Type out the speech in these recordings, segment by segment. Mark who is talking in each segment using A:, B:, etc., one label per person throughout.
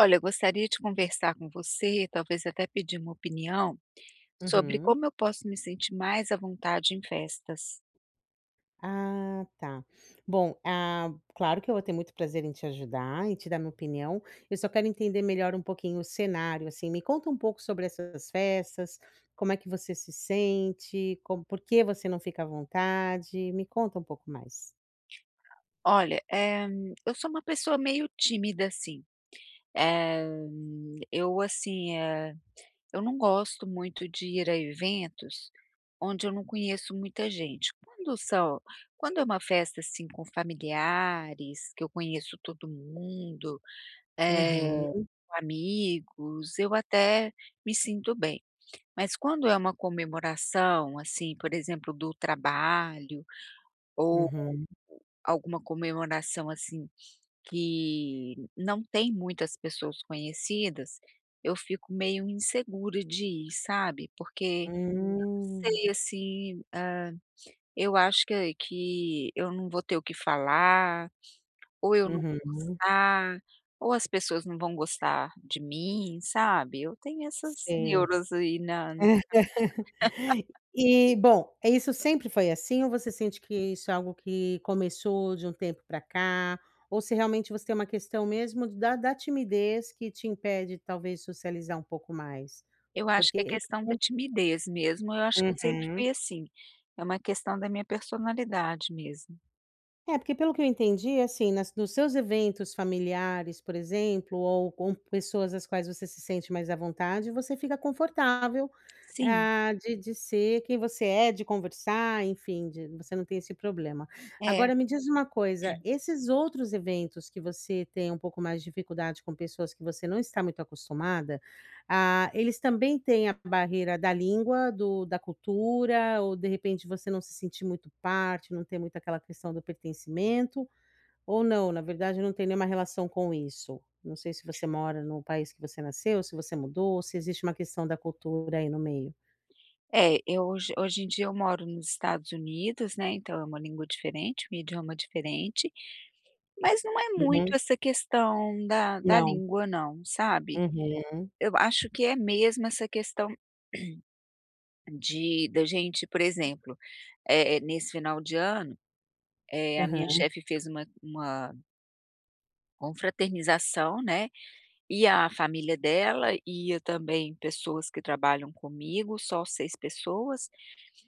A: Olha, eu gostaria de conversar com você, talvez até pedir uma opinião, sobre
B: Uhum.
A: como eu posso me sentir mais à vontade em festas.
B: Ah, tá. Bom, ah, claro que eu vou ter muito prazer em te ajudar, em te dar minha opinião. Eu só quero entender melhor um pouquinho o cenário, assim. Me conta um pouco sobre essas festas, como é que você se sente, como, por que você não fica à vontade? Me conta um pouco mais.
A: Olha, eu sou uma pessoa meio tímida, assim. Eh, eu, eu não gosto muito de ir a eventos onde eu não conheço muita gente. Quando é uma festa, assim, com familiares, que eu conheço todo mundo,
B: Uhum,
A: eh, amigos, eu até me sinto bem. Mas quando é uma comemoração, assim, por exemplo, do trabalho ou
B: uhum,
A: alguma comemoração, assim, que não tem muitas pessoas conhecidas, eu fico meio insegura de ir, sabe, porque
B: hum,
A: sei, assim, eu acho que eu não vou ter o que falar, ou eu não vou
B: uhum,
A: gostar, ou as pessoas não vão gostar de mim, sabe, eu tenho essas
B: sei.
A: neuras aí na cabeça.
B: E bom, é isso sempre foi assim ou você sente que isso é algo que começou de um tempo para cá, ou se realmente você tem uma questão mesmo da timidez que te impede talvez socializar um pouco mais?
A: Eu acho
B: Porque
A: que é
B: eu
A: questão da timidez mesmo, eu acho que eu sempre
B: Uhum.
A: fui assim, é uma questão da minha personalidade mesmo.
B: É, porque pelo que eu entendi, assim, nas nos seus eventos familiares, por exemplo, ou com pessoas às quais você se sente mais à vontade, você fica confortável,
A: Sim,
B: ah, de ser quem você é, de conversar, enfim, de você não tem esse problema.
A: é.
B: Agora me diz uma coisa, esses outros eventos que você tem um pouco mais de dificuldade com pessoas que você não está muito acostumada, ah, eles também têm a barreira da língua, do da cultura, ou de repente você não se sentir muito parte, não ter muito aquela questão do pertencimento, ou não, na verdade não tem nenhuma relação com isso? Não sei se você mora no país que você nasceu, se você mudou, se existe uma questão da cultura aí no meio.
A: É, eu hoje em dia eu moro nos Estados Unidos, né, então é uma língua diferente, um idioma diferente, mas não é muito
B: Uhum.
A: essa questão da
B: Não.
A: língua não, sabe.
B: Uhum.
A: Eu acho que é mesmo essa questão de da gente, por exemplo, nesse final de ano, a minha
B: Aham.
A: chefe fez uma confraternização, né. E a família dela, ia também pessoas que trabalham comigo, só 6 pessoas,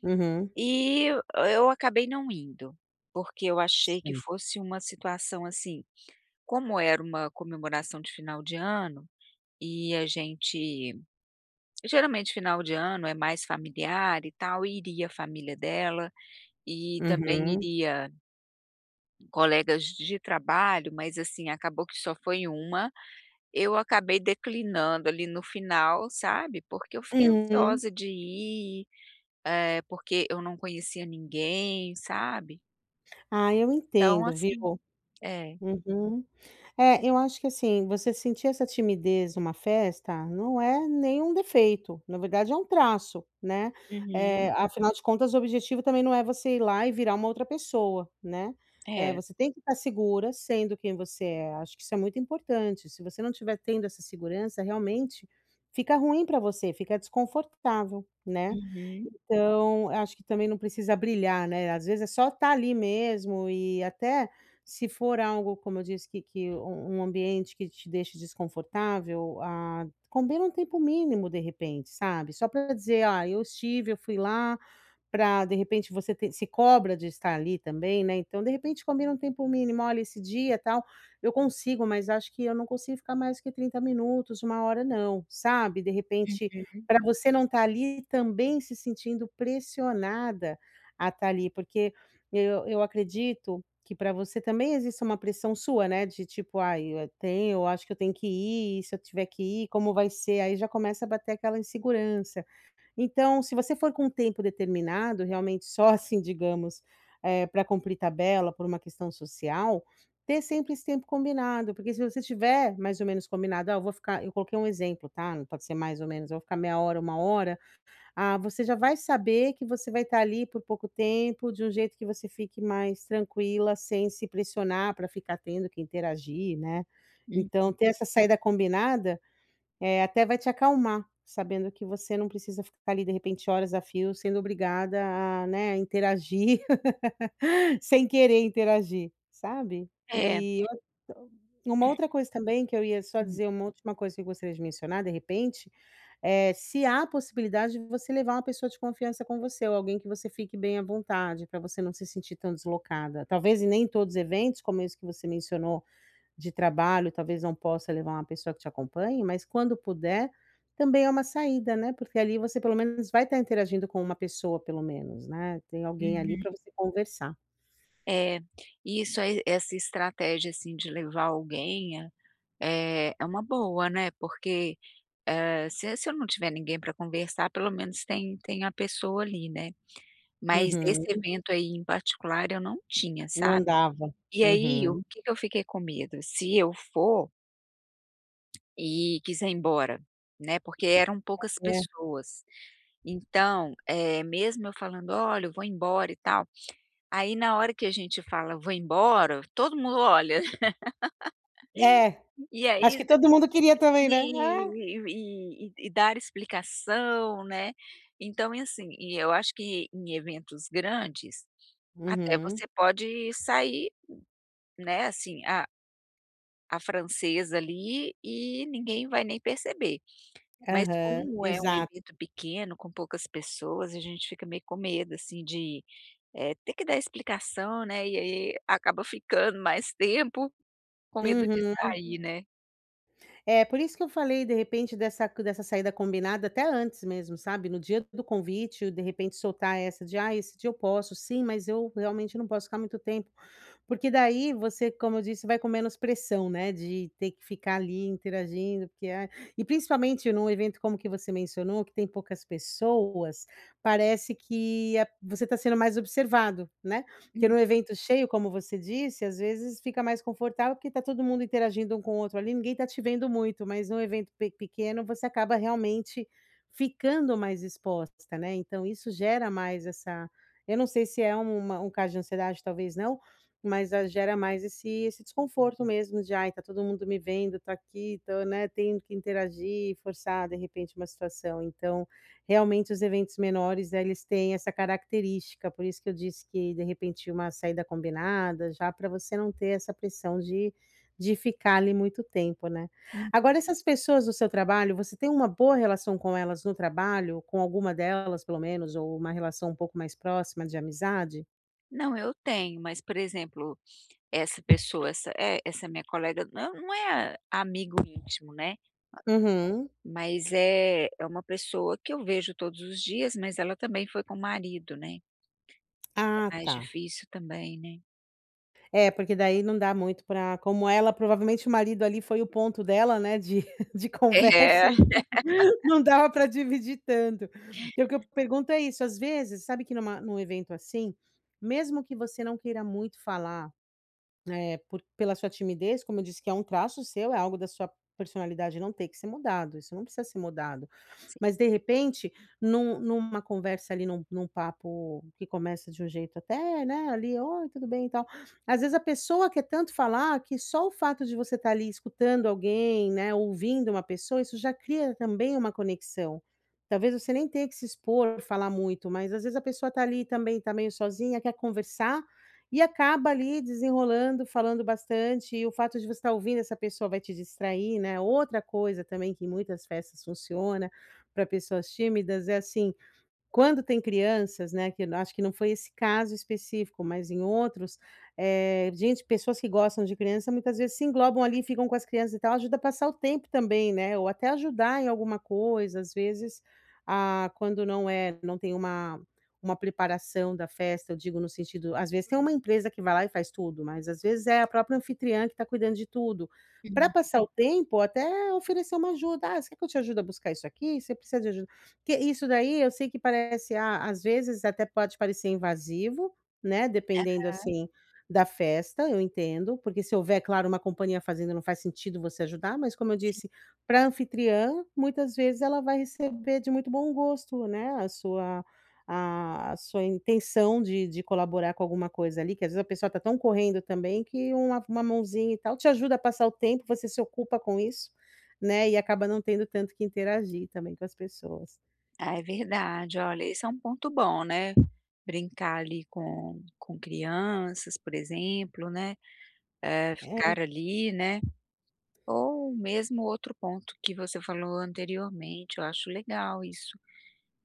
B: Uhum.
A: e eu acabei não indo, porque eu achei que
B: Sim.
A: fosse uma situação, assim, como era uma comemoração de final de ano, e a gente geralmente final de ano é mais familiar e tal, e iria a família dela, e também
B: Uhum.
A: iria colegas de trabalho, mas, assim, acabou que só foi uma. Eu acabei declinando ali no final, sabe, porque eu fiquei
B: Uhum.
A: ansiosa de ir, porque eu não conhecia ninguém, sabe.
B: Ah, eu
A: Então
B: entendo,
A: assim
B: viu?
A: é.
B: Uhum. É, eu acho que assim, você sentir essa timidez numa festa não é nenhum defeito, na verdade é um traço, né.
A: Uhum.
B: Eh, afinal de contas, o objetivo também não é você ir lá e virar uma outra pessoa, né. Eh,
A: É.
B: você tem que estar segura sendo quem você é, acho que isso é muito importante. Se você não estiver tendo essa segurança, realmente fica ruim para você, fica desconfortável, né.
A: Uhum.
B: Então, acho que também não precisa brilhar, né, às vezes é só estar ali mesmo e até se for algo, como eu disse, que um ambiente que te deixe desconfortável, ah, combina um tempo mínimo de repente, sabe, só para dizer: "Ah, eu estive, eu fui lá." Pra de repente você ter se cobra de estar ali também, né, então de repente combina um tempo mínimo, olha esse dia tal, eu consigo, mas acho que eu não consigo ficar mais que 30 minutos, uma hora não, sabe, de repente,
A: Uhum.
B: para você não estar ali também se sentindo pressionada a estar ali, porque eu acredito que para você também existe uma pressão sua, né, de tipo: "Ai, eu tenho eu acho que eu tenho que ir, e se eu tiver que ir, como vai ser?". Aí já começa a bater aquela insegurança. Então, se você for com um tempo determinado, realmente só assim, digamos, eh, para cumprir tabela, por uma questão social, ter sempre esse tempo combinado, porque se você tiver mais ou menos combinado: "Ah, eu vou ficar", eu coloquei um exemplo, tá, não pode ser mais ou menos, "eu vou ficar meia hora, uma hora", ah, você já vai saber que você vai estar ali por pouco tempo, de um jeito que você fique mais tranquila, sem se pressionar para ficar tendo que interagir, né.
A: Hum.
B: Então ter essa saída combinada é, até vai te acalmar, sabendo que você não precisa ficar ali, de repente, horas a fio, sendo obrigada a, né, interagir sem querer interagir, sabe.
A: É.
B: E outra, uma outra coisa também que eu ia só
A: Hum.
B: dizer, uma última coisa que eu gostaria de mencionar, de repente, eh, se há a possibilidade de você levar uma pessoa de confiança com você ou alguém que você fique bem à vontade, para você não se sentir tão deslocada. Talvez em nem todos os eventos, como esse que você mencionou, de trabalho, talvez não possa levar uma pessoa que te acompanhe, mas quando puder, também é uma saída, né, porque ali você pelo menos vai estar interagindo com uma pessoa pelo menos, né, tem alguém ali
A: Uhum.
B: para você conversar.
A: É. Isso aí essa estratégia, assim, de levar alguém é é uma boa, né, porque, se eu não tiver ninguém para conversar, pelo menos tem a pessoa ali, né. Mas esse
B: Uhum.
A: evento aí em particular eu não tinha,
B: Não
A: sabe.
B: dava.
A: E aí o
B: Uhum.
A: que que eu fiquei com medo? Se eu for e quiser ir embora, né, porque eram poucas
B: É.
A: pessoas. Então, mesmo eu falando: "Olha, eu vou embora e tal", aí na hora que a gente fala: "Vou embora", todo mundo olha.
B: É,
A: E aí
B: acho que
A: você
B: todo
A: tem que
B: mundo queria também, né. Ah.
A: despedir e dar explicação, né. Então e assim, e eu acho que em eventos grandes, até
B: Uhum.
A: você pode sair. Né, assim, a francesa ali e ninguém vai nem perceber. Mas
B: Aham.
A: como é um
B: Exato.
A: evento pequeno, com poucas pessoas, a gente fica meio com medo, assim, de, ter que dar explicação, né, e aí acaba ficando mais tempo com medo de
B: Uhum.
A: sair, né.
B: É, por isso que eu falei, de repente, dessa saída combinada até antes mesmo, sabe, no dia do convite, de repente soltar essa de: "Ah, esse dia eu posso sim, mas eu realmente não posso ficar muito tempo". Porque daí você, como eu disse, vai com menos pressão, né, de ter que ficar ali interagindo, porque é e principalmente num evento como que você mencionou, que tem poucas pessoas, parece que a você está sendo mais observado, né, porque num evento cheio, como você disse, às vezes fica mais confortável, porque está todo mundo interagindo um com o outro ali, ninguém está te vendo muito, mas num evento pe pequeno você acaba realmente ficando mais exposta, né, então isso gera mais essa, eu não sei se é uma um caso de ansiedade, talvez não, mas a gera mais esse desconforto mesmo de: "Ai, tá todo mundo me vendo, tô aqui, tô, né, tendo que interagir e forçar, de repente, uma situação". Então, realmente os eventos menores, eh, eles têm essa característica, por isso que eu disse que, de repente, uma saída combinada, já para você não ter essa pressão de ficar ali muito tempo, né.
A: Uhum.
B: Agora essas pessoas do seu trabalho, você tem uma boa relação com elas no trabalho? Com alguma delas, pelo menos, ou uma relação um pouco mais próxima de amizade?
A: Não, eu tenho, mas, por exemplo, essa pessoa, essa é, essa minha colega não é a- amigo íntimo, né,
B: Uhum.
A: mas é uma pessoa que eu vejo todos os dias, mas ela também foi com o marido, né.
B: Ah,
A: Mais
B: tá.
A: difícil também, né.
B: É, porque daí não dá muito pra, como ela provavelmente o marido ali foi o ponto dela, né, de de conversa,
A: É.
B: então não dava para dividir tanto. E o que eu pergunto é isso, às vezes, sabe que numa, num evento assim, mesmo que você não queira muito falar, né, por pela sua timidez, como eu disse que é um traço seu, é algo da sua personalidade, não tem que ser mudado, isso não precisa ser mudado. Mas de repente, num numa conversa ali, num papo que começa de um jeito até, né, ali: "Oi, tudo bem e tal". Às vezes a pessoa quer tanto falar que só o fato de você estar ali escutando alguém, né, ouvindo uma pessoa, isso já cria também uma conexão. Talvez você nem tenha que se expor, falar muito, mas às vezes a pessoa está ali também, está meio sozinha, quer conversar, e acaba ali desenrolando, falando bastante, e o fato de você estar ouvindo essa pessoa vai te distrair, né. Outra coisa também que em muitas festas funciona, para pessoas tímidas é assim, quando tem crianças, né, que eu acho que não foi esse caso específico, mas em outros, eh, gente, pessoas que gostam de criança muitas vezes se englobam ali, ficam com as crianças e tal, ajuda a passar o tempo também, né, ou até ajudar em alguma coisa, às vezes, ah, quando não é, não tem uma preparação da festa, eu digo no sentido, às vezes tem uma empresa que vai lá e faz tudo, mas às vezes é a própria anfitriã que está cuidando de tudo. Para
A: Hum.
B: passar o tempo, até oferecer uma ajuda: "Ah, você quer que eu te ajude a buscar isso aqui? Você precisa de aju", que isso daí eu sei que parece, ah, às vezes até pode parecer invasivo, né, dependendo, assim, da festa, eu entendo, porque se houver, claro, uma companhia fazendo, não faz sentido você ajudar, mas como eu disse, para a anfitriã, muitas vezes ela vai receber de muito bom gosto, né, a sua, a sua intenção de colaborar com alguma coisa ali, que às vezes a pessoa está tão correndo também que uma, mãozinha e tal te ajuda a passar o tempo, você se ocupa com isso, né, e acaba não tendo tanto que interagir também com as pessoas.
A: Ah, é verdade. Olha, esse é um ponto bom, né, brincar ali com crianças, por exemplo, né,
B: É,
A: ficar ali, né, ou mesmo outro ponto que você falou anteriormente, eu acho legal isso.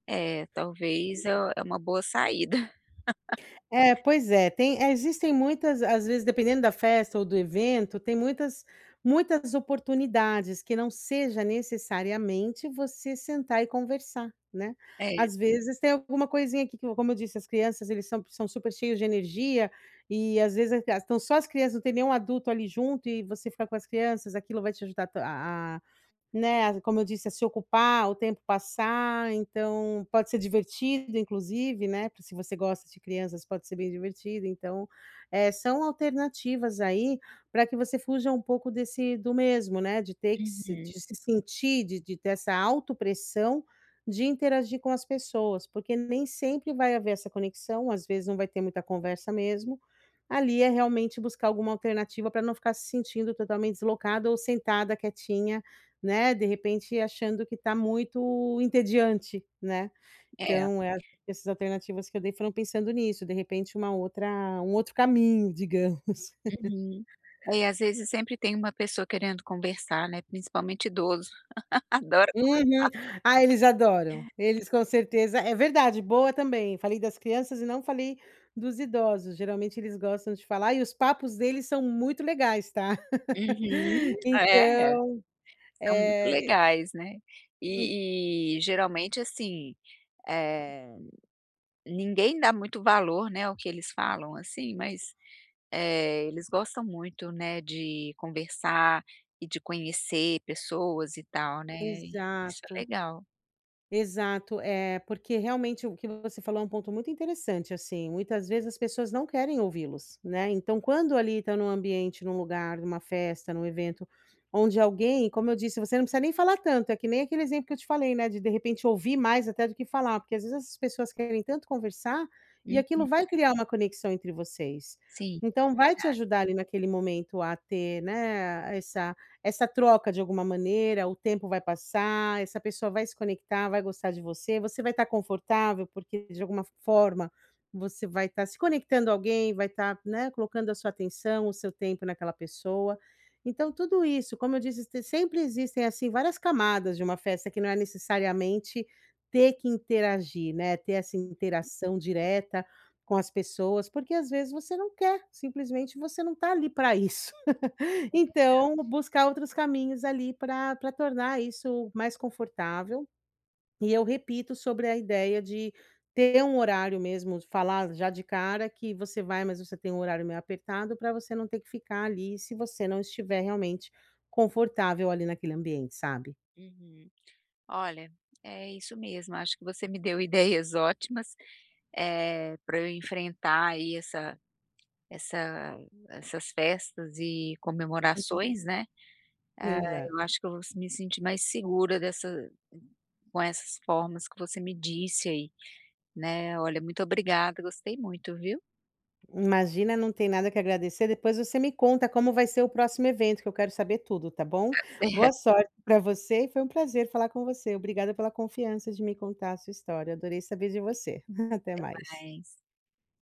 A: Talvez é uma boa saída.
B: é, pois é, tem é, existem muitas, às vezes, dependendo da festa ou do evento, tem muitas, muitas oportunidades que não seja necessariamente você sentar e conversar, né. Às vezes tem alguma coisinha aqui que, como eu disse, as crianças, eles são super cheios de energia, e às vezes estão só as crianças, não tem nenhum adulto ali junto, e você ficar com as crianças, aquilo vai te ajudar a Né, como eu disse, a se ocupar, o tempo passar, então pode ser divertido inclusive, né, se você gosta de crianças pode ser bem divertido, então, eh, são alternativas aí para que você fuja um pouco desse do mesmo, né, de ter
A: É.
B: que se,
A: Uhum.
B: de se sentir, de ter essa autopressão de interagir com as pessoas, porque nem sempre vai haver essa conexão, às vezes não vai ter muita conversa mesmo, ali é realmente buscar alguma alternativa para não ficar se sentindo totalmente deslocada ou sentada quietinha, né, de repente achando que está muito entediante, né.
A: É.
B: Então é essas alternativas que eu dei foram pensando nisso, de repente uma outra, um outro caminho, digamos.
A: Uhum. É, e às vezes sempre tem uma pessoa querendo conversar, né, principalmente idoso. Adora.
B: Uhum. Ah, eles adoram, eles com certeza, é verdade, boa também, falei das crianças e não falei dos idosos, geralmente eles gostam de falar e os papos deles são muito legais, tá.
A: Uhum. É.
B: Então,
A: São muito
B: é,
A: legais, né. E geralmente, assim, eh, ninguém dá muito valor, né, ao que eles falam, assim, mas, eles gostam muito, né, de conversar e de conhecer pessoas e tal, né, e isso é
B: exato.
A: legal.
B: Exato, é, porque realmente o que você falou é um ponto muito interessante, assim, muitas vezes as pessoas não querem ouvi-los, né, então quando ali está num ambiente, num lugar, numa festa, num evento, onde alguém, como eu disse, você não precisa nem falar tanto, é que nem aquele exemplo que eu te falei, né, de repente ouvir mais até do que falar, porque às vezes essas pessoas querem tanto conversar, e
A: Uhum,
B: aquilo vai criar uma conexão entre vocês.
A: sim.
B: Então vai te ajudar ali naquele momento a ter, né, essa, troca de alguma maneira, o tempo vai passar, essa pessoa vai se conectar, vai gostar de você, você vai estar confortável, porque de alguma forma você vai estar se conectando a alguém, vai estar, né, colocando a sua atenção, o seu tempo naquela pessoa. Então, tudo isso, como eu disse, sempre existem assim várias camadas de uma festa que não é necessariamente ter que interagir, né? Ter essa interação direta com as pessoas, porque às vezes você não quer, simplesmente você não está ali para isso.
A: É ver.
B: Então, buscar outros caminhos ali para tornar isso mais confortável. E eu repito sobre a ideia de ter um horário mesmo, falar já de cara que você vai, mas você tem um horário meio apertado para você não ter que ficar ali, se você não estiver realmente confortável ali naquele ambiente, sabe.
A: Uhum. Olha, é isso mesmo, acho que você me deu ideias ótimas, para eu enfrentar aí essa essa essas festas e comemorações, né. Eh,
B: Exato.
A: eu acho que eu vou me sentir mais segura dessa com essas formas que você me disse aí, né. Olha, muito obrigada, gostei muito, viu.
B: Imagina, não tem nada que agradecer. Depois você me conta como vai ser o próximo evento, que eu quero saber tudo, tá bom?
A: Até
B: Boa sorte para você e foi um prazer falar com você. Obrigada pela confiança de me contar a sua história. Adorei saber de você. Até mais.
A: mais.